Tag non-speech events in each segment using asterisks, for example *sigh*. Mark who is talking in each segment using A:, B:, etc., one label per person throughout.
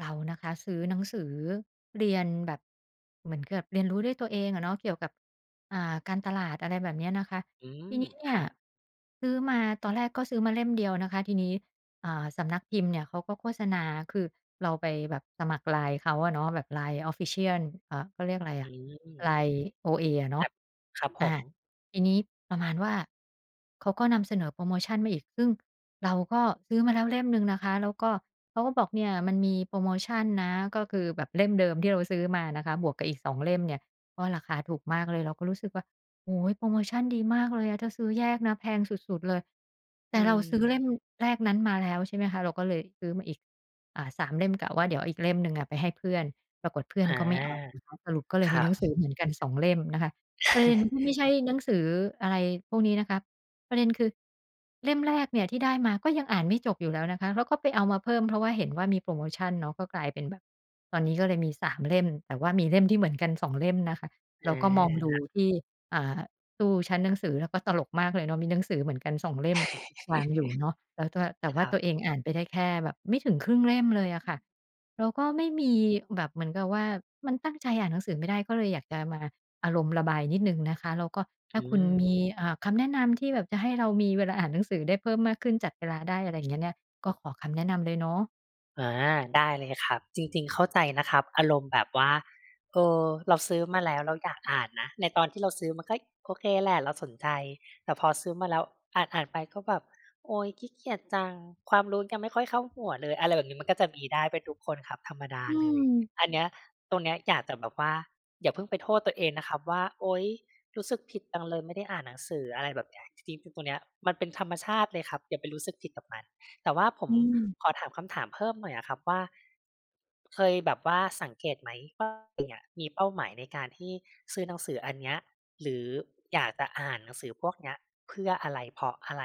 A: เรานะคะซื้อหนังสือเรียนแบบเหมือนกับเรียนรู้ด้วยตัวเองอะเนาะเกี่ยวกับการตลาดอะไรแบบเนี้ยนะคะ
B: อื
A: ที
B: ม
A: นี้
B: ค
A: เนี่ย
B: รับ
A: ซื้อมาตอนแรกก็ซื้อมาเล่มเดียวนะคะทีนี้สำนักพิมพ์เนี่ยเขาก็โฆษณาคือเราไปแบบสมัคร LINE เขาอะเนาะแบบ LINE Official เขาเรียกอะไรอะ
B: อื
A: ลา
B: ม
A: ย OA อะ
B: แบ
A: เนาะ
B: บครับผ
A: อา
B: ม
A: ทีนี้ประมาณว่าเขาก็นำเสนอโพรโมชันมาอีกซึ่งเราก็ซื้อมาแล้วเล่มหนึ่งนะคะแล้วก็เขาก็บอกเนี่ยมันมีโพรโมชันนะก็คือแบบเล่มเดิมที่เราซื้อมานะคะบวกกับอีกสองเล่มเนี่ยก็ราคาถูกมากเลยเราก็รู้สึกว่าโอ้โฮโพรโมชันดีมากเลยอะถ้าซื้อแยกนะแพงสุดๆเลยแต่
B: อื
A: เรา
B: ม
A: ซื้อเล่มแรกนั้นมาแล้วใช่ไหมคะเราก็เลยซื้อมาอีกสามเล่มกะว่าเดี๋ยวอีกเล่มหนึ่งอะไปให้เพื่อน ปรากฏเพื่อน
B: อ
A: เขาไม่อ่าน
B: า
A: นะคะสรุปก็เลย
B: ค
A: มี
B: รั
A: หนังสื
B: บ
A: อเหมือนกัน2เล่มนะคะประเด็นก็ไม่
B: *laughs*
A: ใช่หนังสืออะไรพวกนี้นะคะประเด็นคือเล่มแรกเนี่ยที่ได้มาก็ยังอ่านไม่จบอยู่แล้วนะคะแล้วก็ไปเอามาเพิ่มเพราะว่าเห็นว่ามีโพรโมชันเนาะก็กลายเป็นแบบตอนนี้ก็เลยมีสามเล่มแต่ว่ามีเล่มที่เหมือนกันสองเล่มนะคะแล้วก็มอง
B: อา
A: ดูที่อ่าตู้ชั้นหนังสือแล้วก็ตลกมากเลยเนาะมีหนังสือเหมือนกัน2เล่มวางอยู่เนาะแล้วก็แต่
B: ค
A: ว่า
B: รั
A: ตั
B: บ
A: วเองอ่านไปได้แค่แบบไม่ถึงครึ่งเล่มเลยอะค่ะ เราก็ไม่มีแบบเหมือนกับว่ามันตั้งใจอ่านหนังสือไม่ได้ก็เลยอยากจะมาอารมณ์ระบายนิดหนึ่งนะคะแล้วก็ถ้า
B: อื
A: คุณ
B: ม
A: มีคำแนะนำที่แบบจะให้เรามีเวลาอ่านหนังสือได้เพิ่มมากขึ้นจัดเวลาได้อะไรอย่างเงี้ยเนี่ยก็ขอคำแนะนำเลยเนาะ
B: อาได้เลยครับจริงๆเข้าใจนะครับอารมณ์แบบว่าเออเราซื้อมาแล้วเราอยากอ่านนะในตอนที่เราซื้อมันก็โอเคแหละเราสนใจแต่พอซื้อมาแล้วอ่านไปก็แบบโอ๊ยขี้เกียจจังความรู้ยังไม่ค่อยเข้าหัวเลยอะไรแบบนี้มันก็จะมีได้เป็นทุกคนครับธรรมดา
A: อื
B: เลย
A: ม
B: อันเนี้ยตรงเนี้ยอยากจะแบบว่าอย่าเพิ่งไปโทษตัวเองนะครับว่าโอ๊ยรู้สึกผิดจังเลยไม่ได้อ่านหนังสืออะไรแบบเนี้ยจริงๆตรงเนี้ยมันเป็นธรรมชาติเลยครับอย่าไปรู้สึกผิดกับมัน แต่ว่าผ
A: อื
B: ม
A: ม
B: ขอถามคำถามเพิ่มหน่อยอะครับว่าเคยแบบว่าสังเกตไหมว่าตัวเองอะมีเป้าหมายในการที่ซื้อหนังสืออันเนี้ยหรืออยากจะอ่านหนังสือพวกเนี้ยเพื่ออะไรเพราะอะไร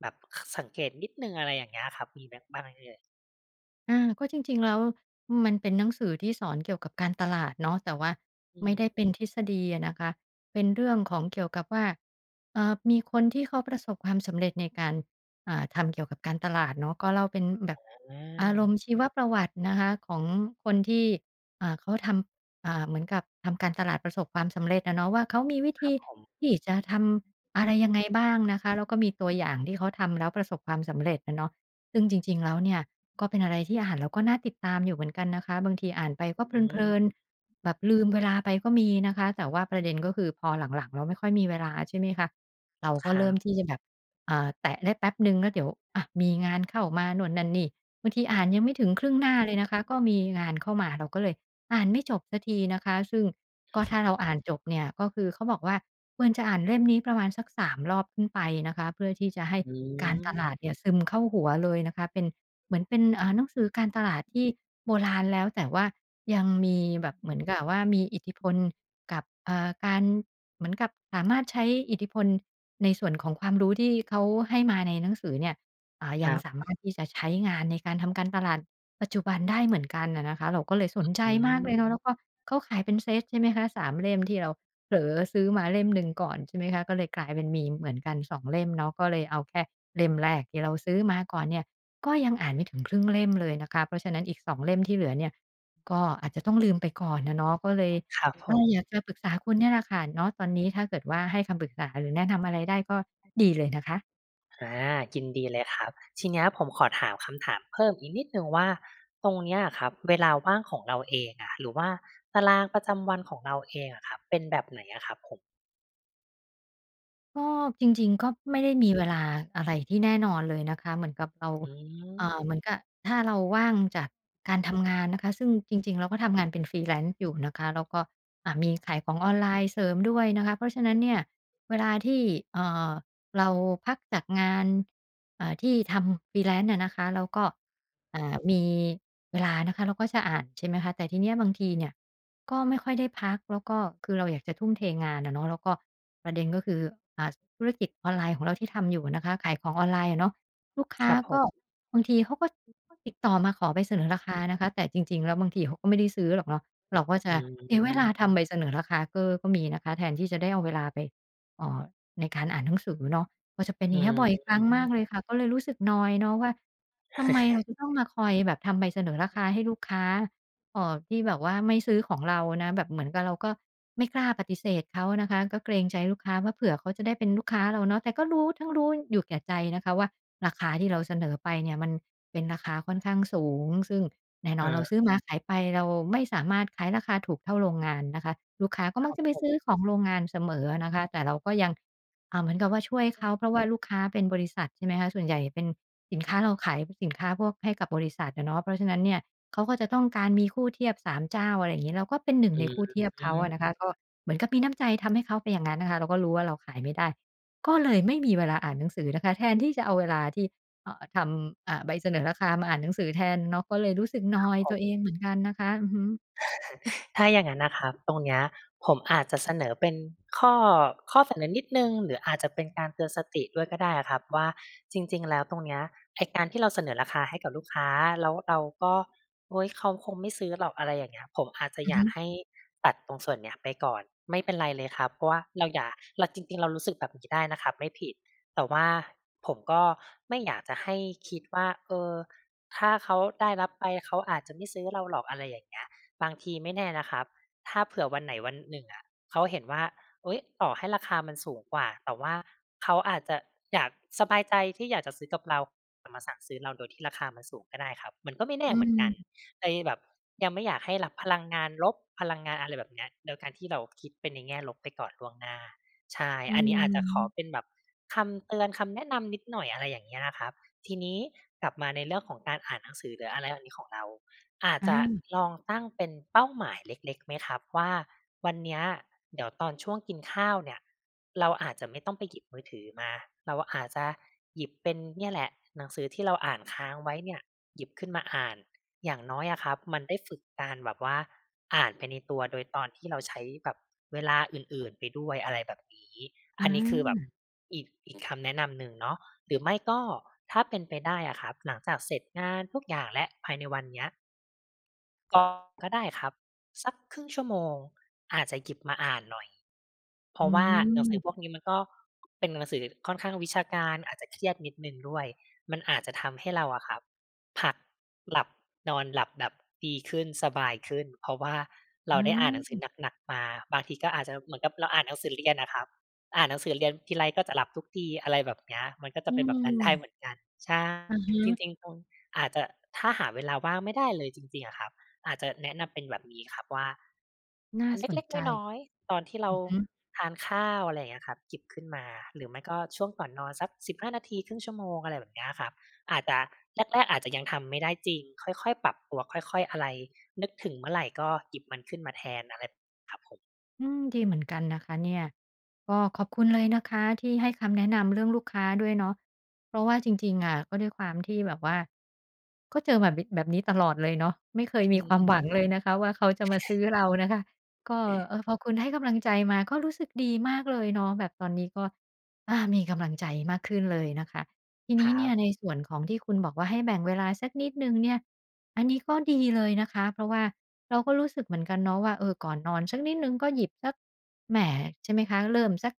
B: แบบคสังเกตนิดหนึ่งอะไรอย่างเงี้ยครับมีแบบบ้างไหมเอ่ย
A: อาก็จริงๆแล้วมันเป็นหนังสือที่สอนเกี่ยวกับการตลาดเนาะแต่ว่า
B: อื
A: ไม่
B: ม
A: ได้เป็นทฤษฎีอะนะคะเป็นเรื่องของเกี่ยวกับว่ามีคนที่เขาประสบความสำเร็จในการทำเกี่ยวกับการตลาดเนาะก็เล่าเป็นแบบอารมณ์ชีวประวัตินะคะของคนที่เขาทำเหมือนกับทำการตลาดประสบความสำเร็จอะเนาะว่าเขามีวิ
B: ครั
A: ธี
B: บผม
A: ที่จะทำอะไรยังไงบ้างนะคะแล้วก็มีตัวอย่างที่เขาทำแล้วประสบความสำเร็จอะเนาะซึ่งจริงๆแล้วเนี่ย ก็เป็นอะไรที่อ่านแล้วก็น่าติดตามอยู่เหมือนกันนะคะบางทีอ่านไป
B: อื
A: ก็เพลิน
B: ม
A: ๆแบบลืมเวลาไปก็มีนะคะแต่ว่าประเด็นก็คือพอหลังๆเราไม่ค่อยมีเวลาใช่ไหมคะเราก็
B: ครั
A: เริ่มที่
B: บ
A: จะแบบแตะได้แป๊บหนึ่งแล้วเดี๋ยวอะมีงานเข้ามาโน่นนั่นนี่บางทีอ่านยังไม่ถึงครึ่งหน้าเลยนะคะก็มีงานเข้ามาเราก็เลยอ่านไม่จบสักทีนะคะซึ่งก็ถ้าเราอ่านจบเนี่ยก็คือเขาบอกว่าควรจะอ่านเล่มนี้ประมาณสัก3รอบขึ้นไปนะคะเพื่อที่จะให้
B: อื
A: การตลาด
B: ม
A: เนี่ยซึมเข้าหัวเลยนะคะเป็น เหมือนเป็นหนังสือการตลาดที่โบราณแล้วแต่ว่ายังมีแบบเหมือนกับว่ามีอิทธิพลกับการเหมือนกับสามารถใช้อิทธิพลในส่วนของความรู้ที่เขาให้มาในหนังสือเนี่ย
B: ค
A: ยัง
B: รั
A: สา
B: บ
A: มารถที่จะใช้งานในการทำการตลาดปัจจุบันได้เหมือนกันอะนะคะเราก็เลยสนใจ
B: อื
A: มากเลยเนาะ
B: ม
A: แล้วก็เขาขายเป็นเซตใช่ไหมคะสามเล่มที่เราเผลอซื้อมาเล่มหนึ่งก่อนใช่ไหมคะก็เลยกลายเป็นมีเหมือนกัน2เล่มเนาะก็เลยเอาแค่เล่มแรกที่เราซื้อมาก่อนเนี่ย ก็ยังอ่านไม่ถึงครึ่งเล่มเลยนะคะเพราะฉะนั้นอีก2เล่มที่เหลือเนี่ยก็อาจจะต้องลืมไปก่อนนะเนาะก็เลย
B: ครับผ
A: เอา
B: ม
A: อยากจะปรึกษาคุณเนี่ยแหละค่ะเนาะตอนนี้ถ้าเกิดว่าให้คำปรึกษาหรือแนะนำอะไรได้ก็ดีเลยนะคะ
B: อายินดีเลยครับทีเนี้ยผมขอถามคำถามเพิ่มอีกนิดหนึ่งว่าตรงเนี้ยอะครับเวลาว่างของเราเองอะหรือว่าตารางประจำวันของเราเองอะครับเป็นแบบไหนอะครับผม
A: ก็จริงๆก็ไม่ได้มีเวลาอะไรที่แน่นอนเลยนะคะเหมือนกับเรา
B: อืม
A: เหมือนกับถ้าเราว่างจากการทำงานนะคะซึ่งจริงๆเราก็ทำงานเป็น Freelance อยู่นะคะแล้วก็มีขายของออนไลน์เสริมด้วยนะคะเพราะฉะนั้นเนี่ยเวลาที่เอ่อเราพักจากงานที่ทำ Freelance อะนะคะแล้วก็มีเวลานะคะเราก็จะอ่านใช่ไหมคะแต่ทีเนี้ยบางทีเนี่ย ก็ไม่ค่อยได้พักแล้วก็คือเราอยากจะทุ่มเทงานอะเนาะแล้วก็ประเด็นก็คืออ่าธุรกิจออนไลน์ของเราที่ทำอยู่นะคะขายของออนไลน์อะเนาะลูก
B: ค
A: ค้า
B: รับผ
A: ก็
B: ม
A: บางทีเขาก็ติดต่อมาขอใบเสนอราคานะคะแต่จริงๆแล้วบางทีเขาก็ไม่ได้ซื้อหรอกเนาะเราก็จะ
B: อืม
A: เสียเวลาทำใบเสนอราคาก็มีนะคะแทนที่จะได้เอาเวลาไปเอ่อในการอ่านหนังสือเนาะก็จะเป็นอ
B: อื
A: ย่างเงี้ยบ่อยครั้งมาก
B: ม
A: เลยค่ะก็เลยรู้สึกนอยเนาะว่าทำไมเราจะต้
B: *laughs*
A: องมาคอยแบบทำใบเสนอราคาให้ลูกค้า ที่แบบว่าไม่ซื้อของเรานะแบบเหมือนกับเราก็ไม่กล้าปฏิเสธเขานะคะก็เกรงใจลูกค้าว่าเผื่อเขาจะได้เป็นลูกค้าเราเนาะแต่ก็รู้ทั้งรู้อยู่แก่ใจนะคะว่าราคาที่เราเสนอไปเนี่ยมันเป็นราคาค่อนข้างสูงซึ่งแน่นอน
B: อา
A: เราซื้อมาขายไปเราไม่สามารถขายราคาถูกเท่าโรงงานนะคะลูกค้าก็
B: ค
A: มัก
B: รับ
A: จะไป
B: ผ
A: ซื้อ
B: ม
A: ของโรงงานเสมอนะคะแต่เราก็ยังเหมือนกับว่าช่วยเขาเพราะว่าลูกค้าเป็นบริษัทใช่ไหมคะส่วนใหญ่เป็นสินค้าเราขายสินค้าพวกให้กับบริษัทอะเนาะเพราะฉะนั้นเนี่ย เขาก็จะต้องการมีคู่เทียบ3เจ้าอะไรอย่างงี้เราก็เป็น1
B: อื
A: ในคู่เทียบเขาอะนะ
B: ม
A: คะก็เหมือนกับมีน้ำใจทำให้เขาไปอย่างงั้นนะคะเราก็รู้ว่าเราขายไม่ได้ก็เลยไม่มีเวลาอ่านหนังสือนะคะแทนที่จะเอาเวลาที่ทำใบเสนอราคามาอ่านหนังสือแทนเนาะก็เลยรู้สึกนอยตัวเองเหมือนกันนะคะอือฮึ
B: ถ้าอย่างนั้นนะครับตรงเนี้ยผมอาจจะเสนอเป็นข้อข้อเสนอนิดหนึ่งหรืออาจจะเป็นการเตือนสติด้วยก็ได้อะครับว่าจริงๆแล้วตรงเนี้ยไอ้การที่เราเสนอราคาให้กับลูกค้าแล้วเราก็โอ๊ยเขาคงไม่ซื้อหรอกอะไรอย่างเงี้ยผมอาจจะ
A: อือ
B: อยา
A: ฮึ
B: กให้ตัดตรงส่วนเนี้ยไปก่อนไม่เป็นไรเลยครับเพราะว่าเราจริงๆเรารู้สึกแบบนี้ได้นะครับไม่ผิดแต่ว่าผมก็ไม่อยากจะให้คิดว่าถ้าเขาได้รับไปเขาอาจจะไม่ซื้อเราหรอกอะไรอย่างเงี้ย บางทีไม่แน่นะครับ ถ้าเผื่อวันไหนวันหนึ่งอะเขาเห็นว่าเฮ้ยต่อให้ราคามันสูงกว่าแต่ว่าเขาอาจจะอยากสบายใจที่อยากจะซื้อกับเรามาสั่งซื้อเราโดยที่ราคามันสูงก็ได้ครับมันก็ไม่แน่
A: อื
B: เหมือนกัน
A: ม
B: ไอ้แบบยังไม่อยากให้รับพลังงานลบพลังงานอะไรแบบเนี้ยโดยการที่เราคิดไปในแง่ลบไปก่อนล่วงหน้าใช่
A: อื
B: อันนี้อาจจะขอเป็
A: ม
B: นแบบคำเตือนคำแนะนำนิดหน่อยอะไรอย่างเงี้ยนะครับทีนี้กลับมาในเรื่องของการอ่านหนังสือหรืออะไรแบบนี้ของเรา อาจจะ
A: อา
B: ลองตั้งเป็นเป้าหมายเล็กๆไหมครับว่าวันเนี้ยเดี๋ยวตอนช่วงกินข้าวเนี่ยเราอาจจะไม่ต้องไปหยิบมือถือมาเราอาจจะหยิบเป็นเนี่ยแหละหนังสือที่เราอ่านค้างไว้เนี่ยหยิบขึ้นมาอ่านอย่างน้อยอะครับมันได้ฝึกการแบบว่าอ่านไปในตัวโดยตอนที่เราใช้แบบเวลาอื่นๆไปด้วยอะไรแบบนี้
A: อ
B: อันนี้คือแบบ
A: า
B: อีกคำแนะนำหนึ่งเนาะหรือไม่ก็ถ้าเป็นไปได้อะครับหลังจากเสร็จงานทุกอย่างแล้วภายในวันเนี้ย ก่อนก็ได้ครับสักครึ่งชั่วโมงอาจจะหยิบมาอ่านหน่อยเพ
A: อื
B: ราะว่าหนังสือพว
A: ม
B: กนี้มันก็เป็นหนังสือค่อนข้างวิชาการอาจจะเครียดนิดหนึ่งด้วยมันอาจจะทำให้เราอะครับพักหลับนอนหลับแบบดีขึ้นสบายขึ้นเพราะว่าเรา
A: อ
B: ได้อ่านหนังสือ
A: า
B: หนักๆมาบางทีก็อาจจะเหมือนกับเราอ่านหนังสือเรียนอะครับอ่านหนังสือเรียนทีไรก็จะหลับทุกทีอะไรแบบเนี้ยมันก็
A: อื
B: จะเป็นแบบนั้นได้เหมือ
A: ม
B: นกันใช่
A: อะฮะ
B: จริงๆตรงอาจจะถ้าหาเวลาว่างไม่ได้เลยจริงๆอะครับ อาจจะแนะนำเป็นแบบนี้ครับว่า
A: น่า
B: อัน
A: สน
B: เล็ก
A: ใจ
B: ๆน้อยๆตอนที่เรา
A: อือฮึ
B: ทานข้าวอะไรอย่างเงี้ยครับหยิบขึ้นมาหรือไม่ก็ช่วงก่อนนอนสัก15นาทีครึ่งชั่วโมงอะไรแบบเนี้ยครับอาจจะแรกๆอาจจะยังทำไม่ได้จริงค่อยๆปรับตัวค่อยๆอะไรนึกถึงเมื่อไรก็หยิบมันขึ้นมาแทนอะไรครับผม
A: อืมดีเหมือนกันนะคะเนี่ยก็ขอบคุณเลยนะคะที่ให้คำแนะนำเรื่องลูกค้าด้วยเนาะเพราะว่าจริงๆอะก็ด้วยความที่แบบว่าก็เจอแบบนี้ตลอดเลยเนาะไม่เคย
B: อื
A: มีความ
B: ม
A: หวังเลยนะคะว่าเขาจะมาซื้อเรานะคะก็เออพอคุณให้กำลังใจมาก็รู้สึกดีมากเลยเนาะแบบตอนนี้ก็มีกำลังใจมากขึ้นเลยนะคะที
B: ค
A: นี้
B: รั
A: เนี่
B: บ
A: ยในส่วนของที่คุณบอกว่าให้แบ่งเวลาสักนิดหนึ่งเนี่ยอันนี้ก็ดีเลยนะคะเพราะว่า เราก็รู้สึกเหมือนกันเนาะว่าเออก่อนนอนสักนิดหนึ่งก็หยิบสักแหมใช่ไหมคะเริ่มสัก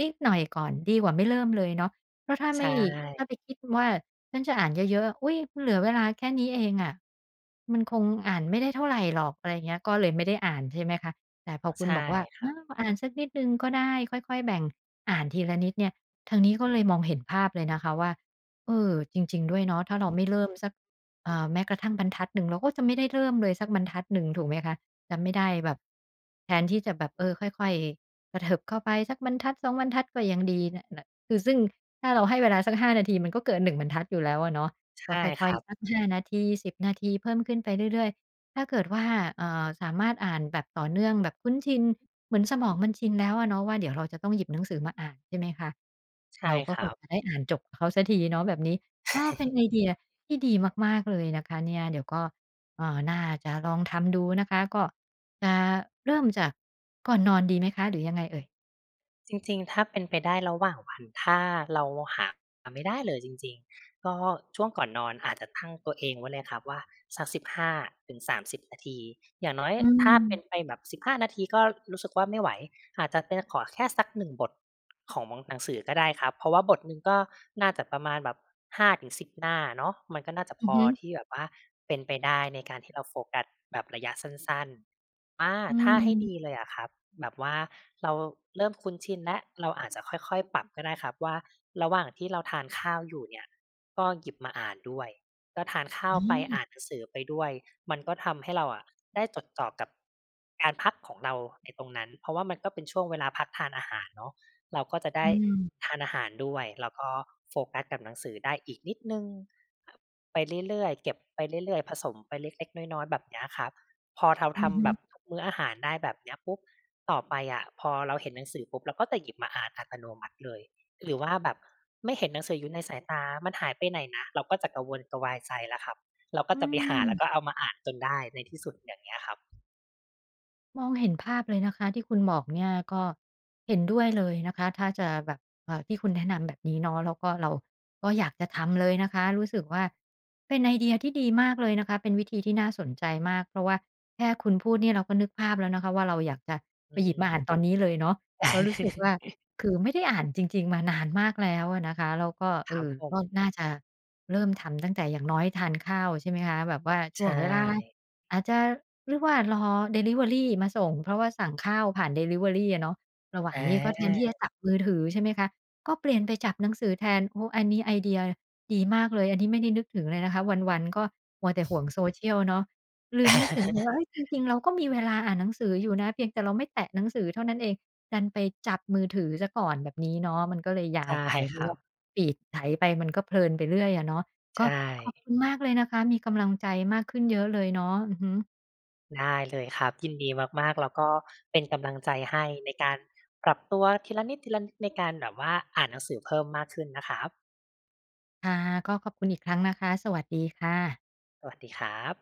A: นิดหน่อยก่อนดีกว่าไม่เริ่มเลยเนาะเพราะถ้า
B: ใช
A: ไม่ถ้า
B: ่
A: ไปคิดว่าฉันจะอ่านเยอะๆอุ๊ยเหลือเวลาแค่นี้เองอะมันคงอ่านไม่ได้เท่าไรหรอกอะไรอย่างเงี้ยก็เลยไม่ได้อ่านใช่ไหมคะแต่พอคุณ
B: ใช่
A: บอกว่า
B: ค
A: เอ
B: รับ
A: ออ่านสักนิดหนึ่งก็ได้ค่อยๆแบ่งอ่านทีละนิดเนี่ยทางนี้ก็เลยมองเห็นภาพเลยนะคะว่าเออจริงๆด้วยเนาะถ้าเราไม่เริ่มสัก แม้กระทั่งบรรทัดหนึ่งเราก็จะไม่ได้เริ่มเลยสักบรรทัดหนึ่งถูกไหมคะจะไม่ได้แบบแทนที่จะแบบเออค่อยๆกระเถิบเข้าไปสักบรรทัดสองบรรทัดก็ยังดีนนะคือซึ่งถ้าเราให้เวลาสัก5นาทีมันก็เกินหนึ่งบรรทัดอยู่แล้วอะเนาะก็
B: ใช่
A: ค่
B: ค
A: อย
B: รั
A: ๆสัก
B: บ
A: ห้านาทีสิ0นาทีเพิ่มขึ้นไปเรื่อยๆถ้าเกิดว่าสามารถอ่านแบบต่อเนื่องแบบคุ้นชินเหมือนสมองมันชินแล้วอะเนาะว่าเดี๋ยวเราจะต้องหยิบหนังสือมาอ่านใช่ไหมคะ
B: ใช่
A: เราก็
B: ค
A: ค
B: รั
A: ง
B: บ
A: จะได้อ่านจบกับเขาสักทีเนาะแบบนี้เอ
B: ใช่
A: อ
B: ครั
A: เป็นไอ
B: บ
A: เดีย ที่ดีมากๆเลยนะคะเนี่ยเดี๋ยวก็น่าจะลองทำดูนะคะก็จะเริ่มจากก่อนนอนดีไหมคะหรือยังไงเอ่ย
B: จริงๆถ้าเป็นไปได้ระหว่างวันถ้าเราหาไม่ได้เลยจริงๆ ก็ช่วงก่อนนอนอาจจะตั้งตัวเองไว้เลยครับว่าสัก15-30นาทีอย่างน้อย
A: อื
B: ถ้าเป็นไป
A: ม
B: แบบสิบห้านาทีก็รู้สึกว่าไม่ไหวอาจจะเป็นขอแค่สัก1บทของหนังสือก็ได้ครับเพราะว่าบทหนึ่งก็น่าจะประมาณแบบ5-10หน้าเนาะมันก็น่าจะพ
A: อือ
B: อ
A: ฮึ
B: ที่แบบว่าเป็นไปได้ในการที่เราโฟกัสแบบระยะสั้นๆ อา
A: อื
B: ถ้าให้ดี
A: ม
B: เลยอะครับแบบว่าเราเริ่มคุ้นชินแล้วเราอาจจะค่อยๆปรับก็ได้ครับว่าระหว่างที่เราทานข้าวอยู่เนี่ยก็หยิบมาอ่านด้วยก็ทานข้า
A: อ
B: วไป
A: า
B: อ่านหนังสือไปด้วยมันก็ทำให้เราอะได้จดจ่อกับการพักของเราในตรงนั้นเพราะว่ามันก็เป็นช่วงเวลาพักทานอาหารเนาะเราก็จะ
A: อื
B: ได้
A: ม
B: ทานอาหารด้วยแล้วก็โฟกัสกับหนังสือได้อีกนิดหนึ่งไปเรื่อยๆเก็บไปเรื่อยๆผสมไปเล็กๆน้อยๆแบบเนี้ยครับ พอเรา
A: อือฮึ
B: ทำแบบทุกมื้ออาหารได้แบบเนี้ยปุ๊บต่อไปอะพอเราเห็นหนังสือปุ๊บเราก็จะหยิบมาอ่านอัตโนมัติเลยหรือว่าแบบไม่เห็นหนังสืออยู่ในสายตามันหายไปไหนนะเราก็จะกระวนกระวายใจแล้วครับเราก็
A: อื
B: จะไปหาแล้วก็
A: ม
B: เอามาอ่านจนได้ในที่สุดอย่างเงี้ยครับ
A: มองเห็นภาพเลยนะคะที่คุณบอกเนี่ยก็เห็นด้วยเลยนะคะถ้าจะแบบที่คุณแนะนำแบบนี้เนาะแล้วก็เราก็อยากจะทำเลยนะคะรู้สึกว่าเป็นไอเดียที่ดีมากเลยนะคะเป็นวิธีที่น่าสนใจมากเพราะว่าแค่คุณพูดเนี่ยเราก็นึกภาพแล้วนะคะว่าเราอยากจะ
B: อื
A: ไปหยิบมาอ่า
B: ม
A: นตอนนี้เลยเนาะเพราะรู้สึกว่า
B: *laughs*
A: คือไม่ได้อ่านจริงๆมานานมากแล้วอะนะคะแล้วก็เอ
B: ครับ
A: อ
B: ผม
A: ก็น่าจะเริ่มทำตั้งแต่อย่างน้อยทานข้าวใช่ไหมคะแบบว่า
B: ใช
A: ช่วงเวลา
B: ่
A: อาจจะเรียกว่ารอดิลิเวอรีมาส่งเพราะว่าสั่งข้าวผ่านดิลิเวอรีอะเนาะระหว่า
B: อ
A: งนี้ก็แทนที่
B: า
A: จะจับมือถือใช่ไหมคะก็เปลี่ยนไปจับหนังสือแทนโอ้อันนี้ไอเดียดีมากเลยอันนี้ไม่ได้นึกถึงเลยนะคะวันๆก็มัวแต่ห่วง social เนาะลืมนึกถึงไป
B: *laughs*
A: ว่าเฮ้ยจริงๆเราก็มีเวลาอ่านหนังสืออยู่นะเพียงแต่เราไม่แตะหนังสือเท่านั้นเองดันไปจับมือถือเสียก่อนแบบนี้เนาะมันก็เลยยาว
B: ใช่
A: ไปเพ
B: ค
A: ราะ
B: รั
A: ว่า
B: บ
A: ฟีดไถไปมันก็เพลินไปเรื่อยอะเนาะ ก็
B: ใช่
A: ขอบคุณมากเลยนะคะมีกำลังใจมากขึ้นเยอะเลยเนาะอือฮึ
B: ได้เลยครับยินดีมากๆแล้วก็เป็นกำลังใจให้ในการปรับตัวทีละนิดในการแบบว่าอ่านหนังสือเพิ่มมากขึ้นนะครับ
A: ค่ะก็ขอบคุณอีกครั้งนะคะสวัสดีค่ะ
B: สวัสดีครับ